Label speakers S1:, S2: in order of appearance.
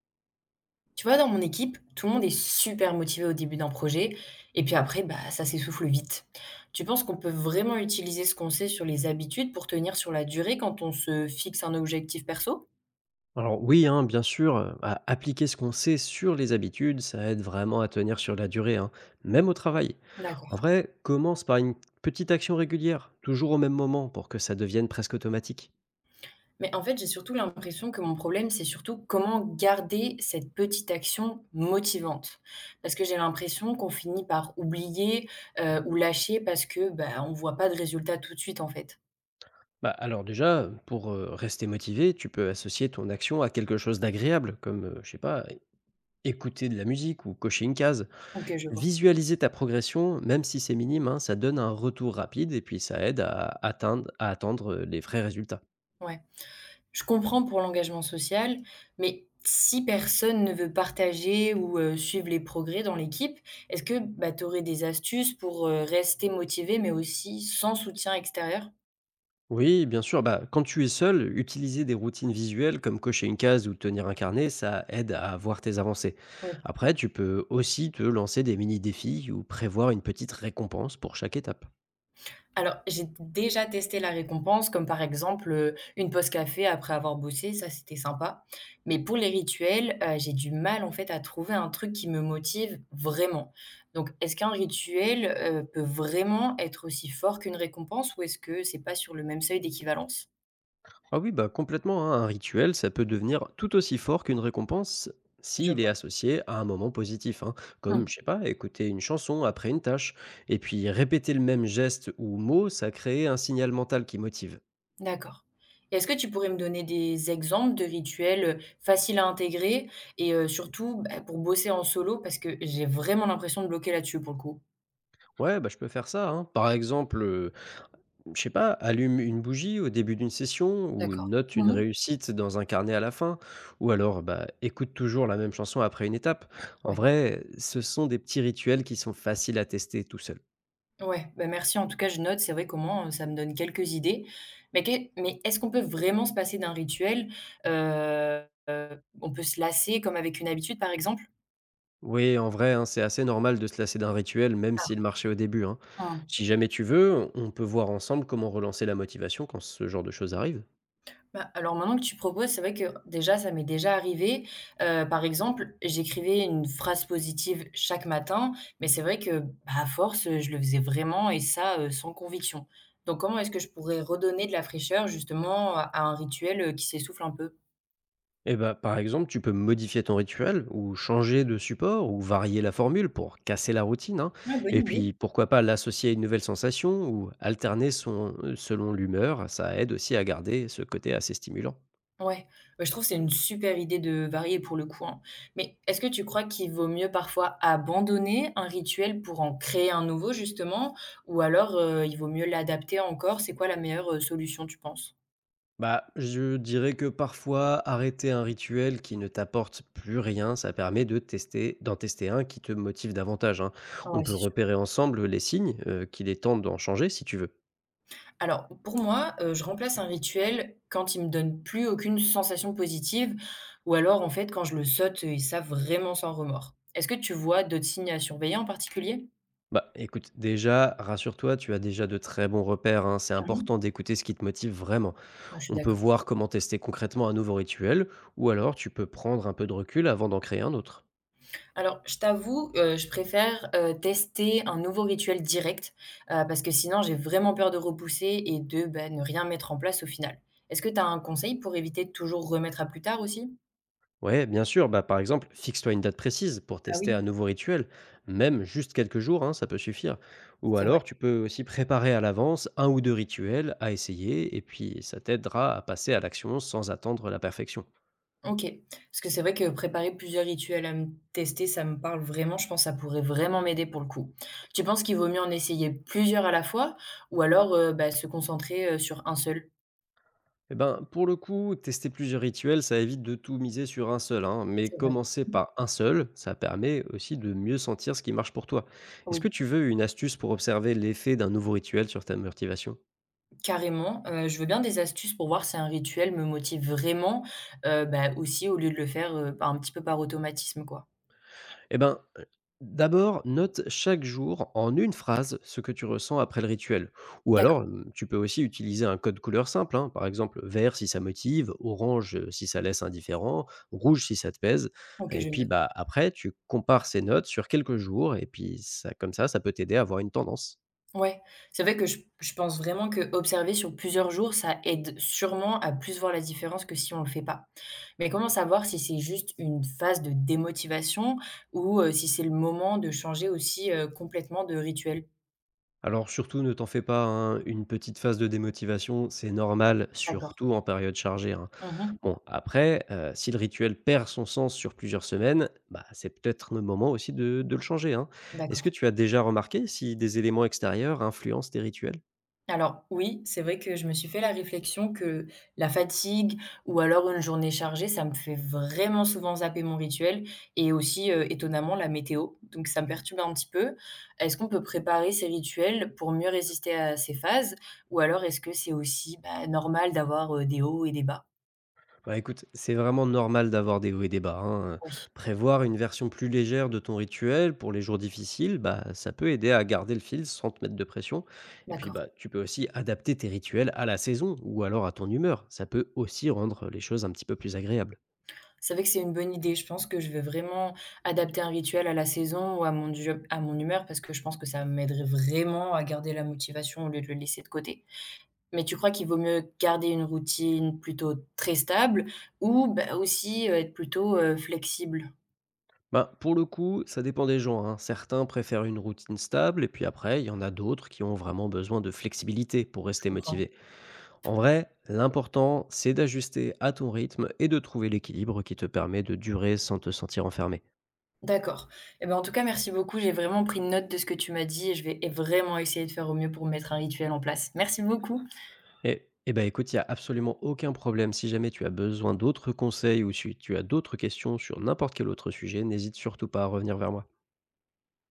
S1: Tu vois, dans mon équipe, tout le monde est super motivé au début d'un projet, et puis après, bah, ça s'essouffle vite. Tu penses qu'on peut vraiment utiliser ce qu'on sait sur les habitudes pour tenir sur la durée quand on se fixe un objectif perso?
S2: Alors oui, hein, bien sûr, a appliquer ce qu'on sait sur les habitudes, ça aide vraiment à tenir sur la durée, hein, même au travail. En
S1: D'accord.
S2: vrai, commence par une petite action régulière, toujours au même moment, pour que ça devienne presque automatique.
S1: Mais en fait, j'ai surtout l'impression que mon problème, c'est surtout comment garder cette petite action motivante. Parce que j'ai l'impression qu'on finit par oublier ou lâcher parce que bah, on voit pas de résultat tout de suite, en fait.
S2: Bah, alors déjà, pour, rester motivé, tu peux associer ton action à quelque chose d'agréable, comme, je sais pas, écouter de la musique ou cocher une case.
S1: Ok, je vois.
S2: Visualiser ta progression, même si c'est minime, hein, ça donne un retour rapide et puis ça aide à attendre les vrais résultats.
S1: Ouais. Je comprends pour l'engagement social, mais si personne ne veut partager ou suivre les progrès dans l'équipe, est-ce que, bah, tu aurais des astuces pour, rester motivé, mais aussi sans soutien extérieur?
S2: Oui, bien sûr. Bah, quand tu es seul, utiliser des routines visuelles comme cocher une case ou tenir un carnet, ça aide à voir tes avancées.
S1: Oui.
S2: Après, tu peux aussi te lancer des mini-défis ou prévoir une petite récompense pour chaque étape.
S1: Alors, j'ai déjà testé la récompense, comme par exemple, une pause café après avoir bossé, ça c'était sympa. Mais pour les rituels, j'ai du mal en fait à trouver un truc qui me motive vraiment. Donc est-ce qu'un rituel, peut vraiment être aussi fort qu'une récompense ou est-ce que c'est pas sur le même seuil d'équivalence?
S2: Ah oui, bah complètement, hein. Un rituel, ça peut devenir tout aussi fort qu'une récompense
S1: Je
S2: s'il est
S1: vois.
S2: associé à un moment positif, hein, comme,
S1: Mmh,
S2: je sais pas, écouter une chanson après une tâche. Et puis répéter le même geste ou mot, ça crée un signal mental qui motive.
S1: d'accord. Et est-ce que tu pourrais me donner des exemples de rituels, faciles à intégrer et surtout, bah, pour bosser en solo? Parce que j'ai vraiment l'impression de bloquer là-dessus pour le coup.
S2: Ouais, bah je peux faire ça, hein. Par exemple, je sais pas, allume une bougie au début d'une session ou
S1: D'accord.
S2: note une
S1: Mmh.
S2: réussite dans un carnet à la fin, ou alors bah, écoute toujours la même chanson après une étape. En
S1: Ouais,
S2: vrai, ce sont des petits rituels qui sont faciles à tester tout seul.
S1: ouais, bah, merci en tout cas je note, c'est vrai. Comment moins, ça me donne quelques idées. Mais est-ce qu'on peut vraiment se passer d'un rituel? Heu, on peut se lasser comme avec une habitude par exemple?
S2: Oui, en vrai, hein, c'est assez normal de se lasser d'un rituel, même s'il marchait au début, hein.
S1: Ah, hein.
S2: Si jamais tu veux, on peut voir ensemble comment relancer la motivation quand ce genre de choses arrive.
S1: Bah, alors maintenant que tu proposes, c'est vrai que déjà ça m'est déjà arrivé. Par exemple, j'écrivais une phrase positive chaque matin, mais c'est vrai que, bah, à force, je le faisais vraiment et ça, sans conviction. Donc comment est-ce que je pourrais redonner de la fraîcheur justement à un rituel, qui s'essouffle un peu?
S2: Eh ben par exemple, tu peux modifier ton rituel ou changer de support ou varier la formule pour casser la routine, hein.
S1: Ouais,
S2: Et
S1: bonne idée.
S2: puis, pourquoi pas l'associer à une nouvelle sensation ou alterner son, selon l'humeur. Ça aide aussi à garder ce côté assez stimulant.
S1: Ouais, bah, je trouve que c'est une super idée de varier pour le coup, hein. Mais est-ce que tu crois qu'il vaut mieux parfois abandonner un rituel pour en créer un nouveau justement, ou alors il vaut mieux l'adapter encore? C'est quoi la meilleure solution, tu penses?
S2: Bah, je dirais que parfois, arrêter un rituel qui ne t'apporte plus rien, ça permet d'en tester un qui te motive davantage, hein. On
S1: Ouais,
S2: peut
S1: c'est sûr.
S2: repérer ensemble les signes, qu'il est temps d'en changer si tu veux.
S1: Alors, pour moi, je remplace un rituel quand il me donne plus aucune sensation positive, ou alors en fait quand je le saute et ça vraiment sans remords. Est-ce que tu vois d'autres signes à surveiller en particulier?
S2: Bah, écoute, déjà, rassure-toi, tu as déjà de très bons repères, hein. C'est
S1: Mhm.
S2: important d'écouter ce qui te motive vraiment.
S1: Ouais, je suis
S2: On peut
S1: d'accord.
S2: voir comment tester concrètement un nouveau rituel ou alors tu peux prendre un peu de recul avant d'en créer un autre.
S1: Alors, je t'avoue, je préfère, tester un nouveau rituel direct, parce que sinon j'ai vraiment peur de repousser et de, bah, ne rien mettre en place au final. Est-ce que tu as un conseil pour éviter de toujours remettre à plus tard aussi?
S2: Ouais, bien sûr. Bah, par exemple, fixe-toi une date précise pour
S1: Ah
S2: tester un
S1: oui,
S2: nouveau rituel. Même juste quelques jours, hein, ça peut suffire. Ou
S1: c'est vrai.
S2: alors, tu peux aussi préparer à l'avance un ou deux rituels à essayer, et puis ça t'aidera à passer à l'action sans attendre la perfection.
S1: OK. Parce que c'est vrai que préparer plusieurs rituels à me tester, ça me parle vraiment, je pense que ça pourrait vraiment m'aider pour le coup. Tu penses qu'il vaut mieux en essayer plusieurs à la fois ou alors, bah, se concentrer, sur un seul?
S2: Eh ben, pour le coup, tester plusieurs rituels, ça évite de tout miser sur un seul, hein, mais
S1: C'est vrai.
S2: commencer par un seul, ça permet aussi de mieux sentir ce qui marche pour toi. Est-ce que
S1: Oui.
S2: tu veux une astuce pour observer l'effet d'un nouveau rituel sur ta motivation?
S1: Carrément, je veux bien des astuces pour voir si un rituel me motive vraiment, bah, aussi au lieu de le faire, bah, un petit peu par automatisme, quoi.
S2: Eh ben, d'abord, note chaque jour en une phrase ce que tu ressens après le rituel. Ou
S1: D'accord,
S2: alors, tu peux aussi utiliser un code couleur simple, hein, par exemple, vert si ça motive, orange, si ça laisse indifférent, rouge si ça te pèse,
S1: OK,
S2: et
S1: je
S2: puis,
S1: note.
S2: bah, après tu compares ces notes sur quelques jours et puis ça comme ça peut t'aider à avoir une tendance.
S1: Ouais, c'est vrai que je pense vraiment que observer sur plusieurs jours, ça aide sûrement à plus voir la différence que si on le fait pas. Mais comment savoir si c'est juste une phase de démotivation ou, si c'est le moment de changer aussi, complètement de rituel?
S2: Alors surtout, ne t'en fais pas, hein, une petite phase de démotivation, c'est normal,
S1: D'accord.
S2: surtout en période chargée, hein.
S1: Mmh.
S2: Bon, après, si le rituel perd son sens sur plusieurs semaines, bah, c'est peut-être le moment aussi de le changer, hein. Est-ce que
S1: D'accord.
S2: tu as déjà remarqué si des éléments extérieurs influencent tes rituels?
S1: Alors oui, c'est vrai que je me suis fait la réflexion que la fatigue ou alors une journée chargée, ça me fait vraiment souvent zapper mon rituel et aussi, étonnamment la météo, donc ça me perturbe un petit peu. Est-ce qu'on peut préparer ces rituels pour mieux résister à ces phases? Ou alors est-ce que c'est aussi, bah, normal d'avoir, des hauts et des bas?
S2: Bah écoute, c'est vraiment normal d'avoir des hauts et des bas, hein.
S1: Oui,
S2: Prévoir une version plus légère de ton rituel pour les jours difficiles, bah ça peut aider à garder le fil sans te mettre de pression. Et puis
S1: d'accord.
S2: bah tu peux aussi adapter tes rituels à la saison ou alors à ton humeur. Ça peut aussi rendre les choses un petit peu plus agréables.
S1: C'est vrai que c'est une bonne idée. Je pense que je vais vraiment adapter un rituel à la saison ou à mon job à mon humeur parce que je pense que ça m'aiderait vraiment à garder la motivation au lieu de le laisser de côté. Mais tu crois qu'il vaut mieux garder une routine plutôt très stable ou bah, aussi, être plutôt, flexible?
S2: Ben pour le coup, ça dépend des gens, hein. Certains préfèrent une routine stable, et puis après, il y en a d'autres qui ont vraiment besoin de flexibilité pour
S1: Je
S2: rester
S1: comprends.
S2: motivés. En vrai, l'important, c'est d'ajuster à ton rythme et de trouver l'équilibre qui te permet de durer sans te sentir enfermé.
S1: D'accord. Et ben, en tout cas, merci beaucoup. J'ai vraiment pris note de ce que tu m'as dit et je vais vraiment essayer de faire au mieux pour mettre un rituel en place. Merci beaucoup.
S2: Et, eh ben écoute, il n'y a absolument aucun problème. Si jamais tu as besoin d'autres conseils ou si tu as d'autres questions sur n'importe quel autre sujet, n'hésite surtout pas à revenir vers moi.